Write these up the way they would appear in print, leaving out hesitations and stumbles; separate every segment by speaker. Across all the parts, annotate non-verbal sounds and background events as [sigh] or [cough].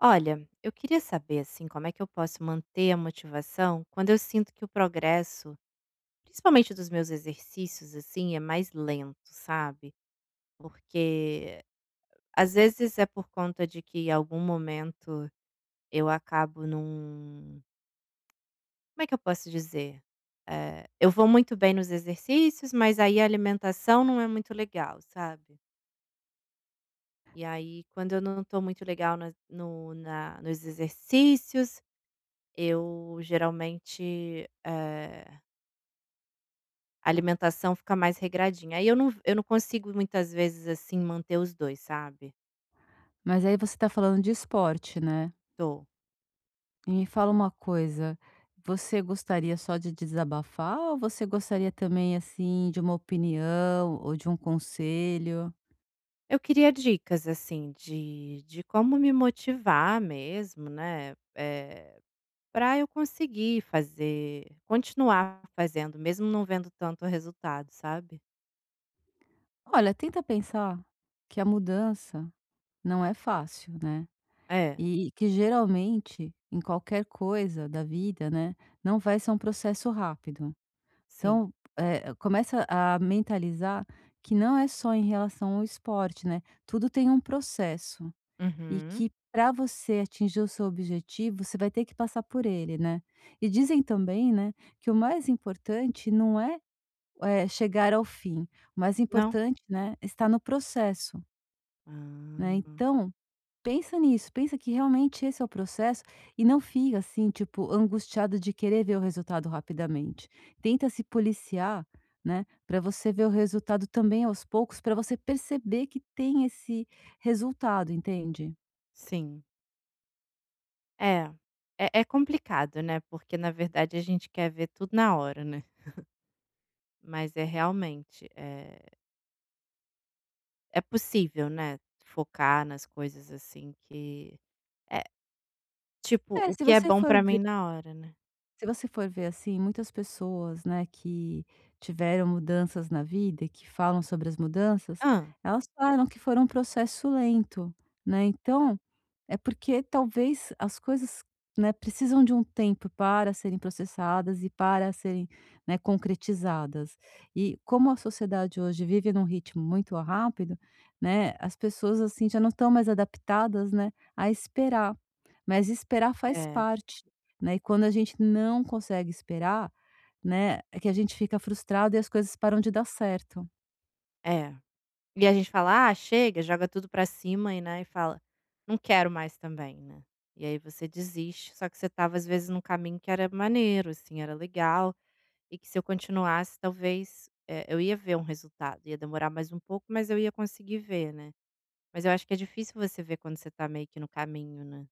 Speaker 1: Olha, eu queria saber assim, como é que eu posso manter a motivação quando eu sinto que o progresso, principalmente dos meus exercícios assim, é mais lento, sabe? Porque às vezes é por conta de que em algum momento eu acabo num, como é que eu posso dizer? Eu vou muito bem nos exercícios, mas aí a alimentação não é muito legal, sabe? E aí, quando eu não tô muito legal na- no, na, nos exercícios, eu geralmente, a alimentação fica mais regradinha. Aí eu não consigo muitas vezes, assim, manter os dois, sabe.
Speaker 2: Mas aí você está falando de esporte, né.
Speaker 1: Tô.
Speaker 2: E me fala uma coisa, você gostaria só de desabafar ou você gostaria também, assim, de uma opinião ou de um conselho?
Speaker 1: Eu queria dicas, assim, de como me motivar mesmo, né, pra eu conseguir fazer continuar fazendo, mesmo não vendo tanto resultado, sabe.
Speaker 2: Olha, tenta pensar que a mudança não é fácil, né,
Speaker 1: É,
Speaker 2: e que geralmente em qualquer coisa da vida, né, não vai ser um processo rápido.
Speaker 1: sim.
Speaker 2: Então, começa a mentalizar que não é só em relação ao esporte, né, tudo tem um processo. E
Speaker 1: Uhum.
Speaker 2: que para você atingir o seu objetivo, você vai ter que passar por ele, né. E dizem também, né, que o mais importante não é, chegar ao fim, o mais
Speaker 1: Não?
Speaker 2: importante, né, está no processo, né.
Speaker 1: Ah,
Speaker 2: Então, pensa nisso, pensa que realmente esse é o processo e não fica assim, tipo, angustiado de querer ver o resultado rapidamente. Tenta se policiar, né, para você ver o resultado também aos poucos, para você perceber que tem esse resultado, entende.
Speaker 1: sim. É. É complicado, né, porque na verdade a gente quer ver tudo na hora, né. Mas é realmente, é possível, né, focar nas coisas, assim, que é, tipo,
Speaker 2: É,
Speaker 1: o
Speaker 2: se
Speaker 1: que é
Speaker 2: você
Speaker 1: bom
Speaker 2: for
Speaker 1: pra mim na hora, né.
Speaker 2: Se você for ver assim, muitas pessoas, né, que tiveram mudanças na vida e que falam sobre as mudanças,
Speaker 1: Ah,
Speaker 2: elas falam que foram um processo lento, né. Então, é porque talvez as coisas, né, precisam de um tempo para serem processadas e para serem, né, concretizadas. E como a sociedade hoje vive num ritmo muito rápido, né, as pessoas, assim, já não estão mais adaptadas, né, a esperar, mas esperar faz
Speaker 1: é,
Speaker 2: parte, né, e quando a gente não consegue esperar, né, é que a gente fica frustrado e as coisas param de dar certo.
Speaker 1: é. E a gente fala: "Ah, chega", joga tudo pra cima e, né, e fala: "Não quero mais também", né. E aí você desiste, só que você tava às vezes num caminho que era maneiro, assim, era legal. E que se eu continuasse talvez, eu ia ver um resultado, ia demorar mais um pouco, mas eu ia conseguir ver, né. Mas eu acho que é difícil você ver quando você tá meio que no caminho, né.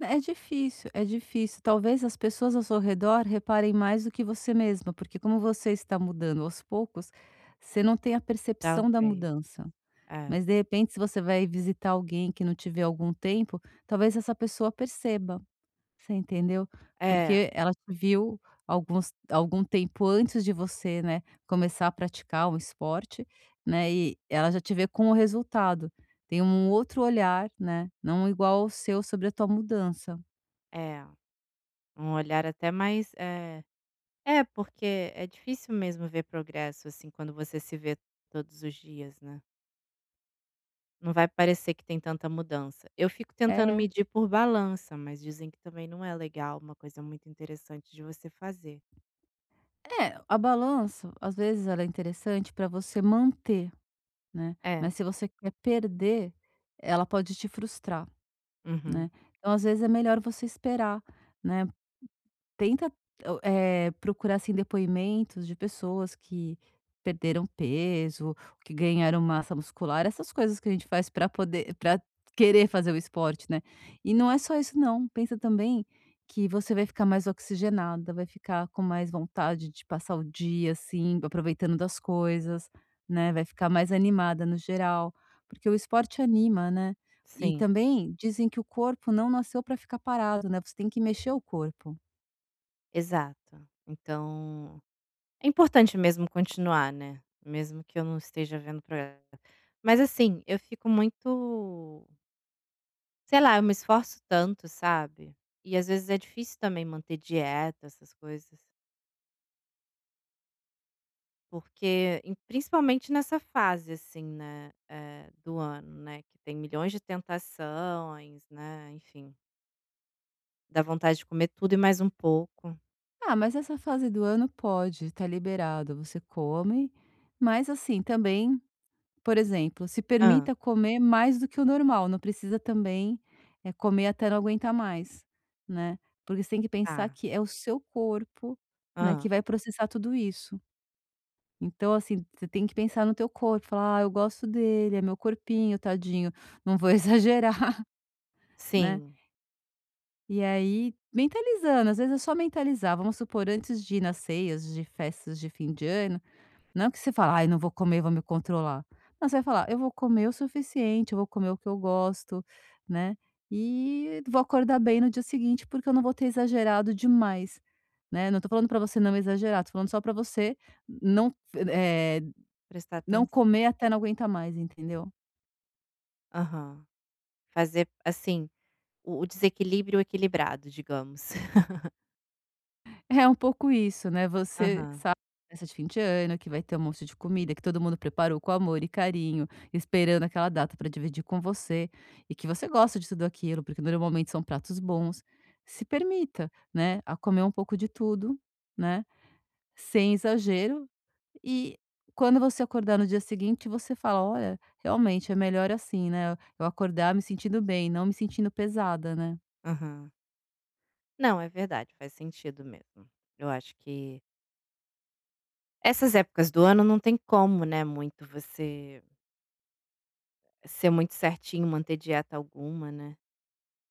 Speaker 2: É difícil, é difícil. Talvez as pessoas ao seu redor reparem mais do que você mesma, porque como você está mudando aos poucos, você não tem a percepção da
Speaker 1: Talvez.
Speaker 2: mudança.
Speaker 1: É.
Speaker 2: Mas de repente, se você vai visitar alguém que não te vê há algum tempo, talvez essa pessoa perceba. Você entendeu?
Speaker 1: É,
Speaker 2: Porque ela te viu alguns algum tempo antes de você, né, começar a praticar um esporte, né, e ela já te vê com o resultado. Tem um outro olhar, né, não igual ao seu sobre a tua mudança.
Speaker 1: é. Um olhar até mais, porque é difícil mesmo ver progresso, assim, quando você se vê todos os dias, né. Não vai parecer que tem tanta mudança. Eu fico tentando
Speaker 2: É,
Speaker 1: medir por balança, mas dizem que também não é legal, uma coisa muito interessante de você fazer.
Speaker 2: é, a balança, às vezes, ela é interessante para você manter, né,
Speaker 1: É.
Speaker 2: mas se você quer perder, ela pode te frustrar, né.
Speaker 1: Uhum.
Speaker 2: Então, às vezes, é melhor você esperar, né. Tenta, procurar, assim, depoimentos de pessoas que perderam peso, que ganharam massa muscular, essas coisas que a gente faz para querer fazer o esporte, né. E não é só isso não, pensa também que você vai ficar mais oxigenada, vai ficar com mais vontade de passar o dia, assim, aproveitando das coisas, né, vai ficar mais animada no geral, porque o esporte anima, né. E
Speaker 1: Sim.
Speaker 2: também dizem que o corpo não nasceu para ficar parado, né, você tem que mexer o corpo.
Speaker 1: Exato. Então, é importante mesmo continuar, né, mesmo que eu não esteja vendo progresso. Mas assim, eu fico muito sei lá, eu me esforço tanto, sabe, e às vezes é difícil também manter dieta, essas coisas, porque principalmente nessa fase, assim, né, do ano, né, que tem milhões de tentações, né, enfim, dá vontade de comer tudo e mais um pouco.
Speaker 2: Ah, mas essa fase do ano pode, tá liberado, você come, mas assim, também, por exemplo, se
Speaker 1: Ah,
Speaker 2: permita comer mais do que o normal, não precisa também, comer até não aguentar mais, né. Porque você tem que pensar
Speaker 1: tá.
Speaker 2: que é o seu corpo, né,
Speaker 1: Ah,
Speaker 2: que vai processar tudo isso. Então, assim, você tem que pensar no teu corpo, falar: "Ah, eu gosto dele, é meu corpinho, tadinho, não vou [laughs] exagerar", né.
Speaker 1: sim,
Speaker 2: E aí, mentalizando, às vezes é só mentalizar, vamos supor, antes de ir nas ceias de festas de fim de ano, não é que você fala: "Ai, não vou comer, vou me controlar". Não, você vai falar: "Eu vou comer o suficiente, eu vou comer o que eu gosto, né, e vou acordar bem no dia seguinte, porque eu não vou ter exagerado demais", né. Não tô falando pra você não exagerar, tô falando só pra você não, eh,
Speaker 1: prestar
Speaker 2: não
Speaker 1: atenção.
Speaker 2: comer até não aguentar mais, entendeu?
Speaker 1: Aham. Fazer, assim, o desequilíbrio equilibrado, digamos. [laughs]
Speaker 2: É um pouco isso, né, você
Speaker 1: Aham,
Speaker 2: sabe, festa de fim de ano, que vai ter um monte de comida, que todo mundo preparou com amor e carinho, esperando aquela data para dividir com você, e que você gosta de tudo aquilo, porque normalmente são pratos bons. Se permita, né, a comer um pouco de tudo, né, sem exagero, e quando você acordar no dia seguinte, você fala: "Olha, realmente é melhor assim, né, eu acordar me sentindo bem, não me sentindo pesada", né.
Speaker 1: aham. Não, é verdade, faz sentido mesmo. Eu acho que essas épocas do ano não tem como, né, muito você ser muito certinho, manter dieta alguma, né.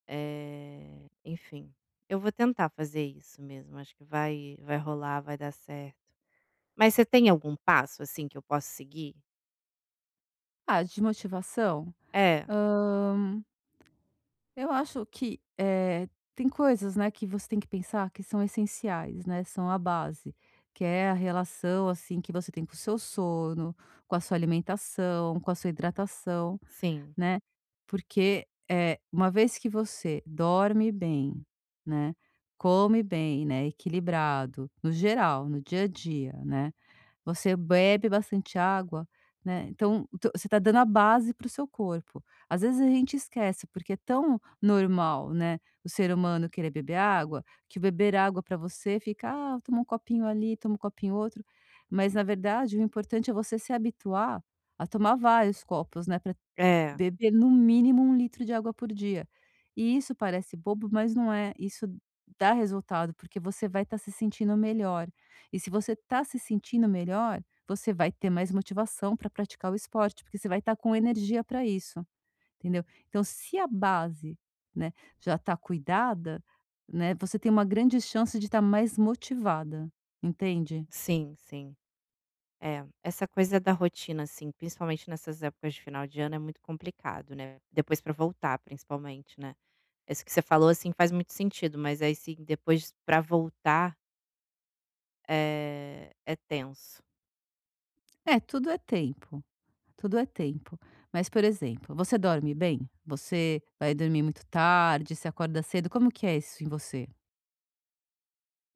Speaker 1: Enfim, eu vou tentar fazer isso mesmo, acho que vai rolar, vai dar certo. Mas você tem algum passo, assim, que eu posso seguir?
Speaker 2: Ah, de motivação?
Speaker 1: É,
Speaker 2: Eu acho que, tem coisas, né, que você tem que pensar que são essenciais, né, são a base, que é a relação, assim, que você tem com o seu sono, com a sua alimentação, com a sua hidratação,
Speaker 1: sim.
Speaker 2: né, porque, é uma vez que você dorme bem, né, come bem, né, equilibrado, no geral, no dia a dia, né, você bebe bastante água, né, então to você está dando a base para o seu corpo. Às vezes a gente esquece, porque é tão normal, né, o ser humano querer beber água, que beber água para você fica: "Ah, toma um copinho ali, toma um copinho outro", mas na verdade o importante é você se habituar a tomar vários copos, né, pra
Speaker 1: É,
Speaker 2: Beber no mínimo 1 litro de água por dia. E isso parece bobo, mas não é. Isso dá resultado, porque você vai estar se sentindo melhor. E se você está se sentindo melhor, você vai ter mais motivação para praticar o esporte, porque você vai estar com energia para isso, entendeu. Então, se a base, né, já está cuidada, né, você tem uma grande chance de estar mais motivada, entende.
Speaker 1: sim, sim. É, essa coisa da rotina, assim, principalmente nessas épocas de final de ano é muito complicado, né, depois pra voltar principalmente, né. Isso que você falou, assim, faz muito sentido, mas aí sim depois pra voltar, é tenso.
Speaker 2: É, tudo é tempo. Tudo é tempo. Mas, por exemplo, você dorme bem? Você vai dormir muito tarde, se acorda cedo, como que é isso em você?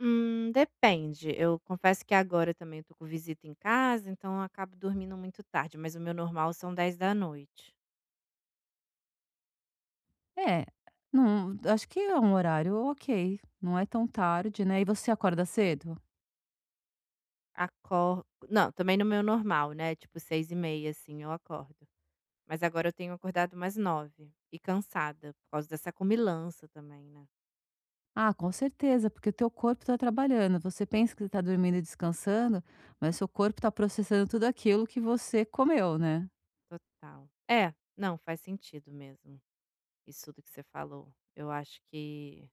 Speaker 1: Depende, eu confesso que agora também eu tô com visita em casa, então eu acabo dormindo muito tarde, mas o meu normal são 10 da noite.
Speaker 2: É, não, acho que é um horário ok, não é tão tarde, né? E você acorda cedo?
Speaker 1: Acor não, também no meu normal, né, tipo 6h30 assim, eu acordo. Mas agora eu tenho acordado mais 9h e cansada, por causa dessa comilança também, né.
Speaker 2: Ah, com certeza, porque o teu corpo está trabalhando. Você pensa que está dormindo e descansando, mas seu corpo está processando tudo aquilo que você comeu, né?
Speaker 1: Total. É, não, faz sentido mesmo, isso tudo que você falou. Eu acho que,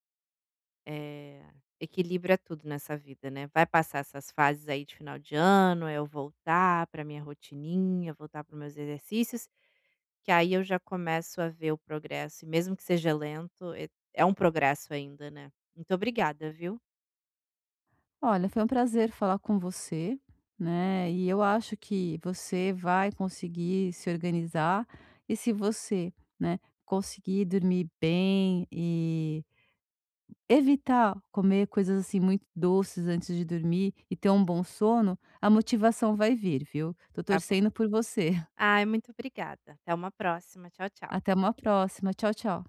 Speaker 1: eh, equilíbrio é tudo nessa vida, né. Vai passar essas fases aí de final de ano, aí eu voltar para minha rotininha, voltar para meus exercícios, que aí eu já começo a ver o progresso e mesmo que seja lento, é um progresso ainda, né. Muito obrigada, viu.
Speaker 2: Olha, foi um prazer falar com você, né? E eu acho que você vai conseguir se organizar e se você, né, conseguir dormir bem e evitar comer coisas assim muito doces antes de dormir e ter um bom sono, a motivação vai vir, viu? Tô
Speaker 1: Tá bom.
Speaker 2: torcendo por você. [laughs]
Speaker 1: Ai, muito obrigada. Até uma próxima. Tchau, tchau.
Speaker 2: Até uma próxima. Tchau, tchau.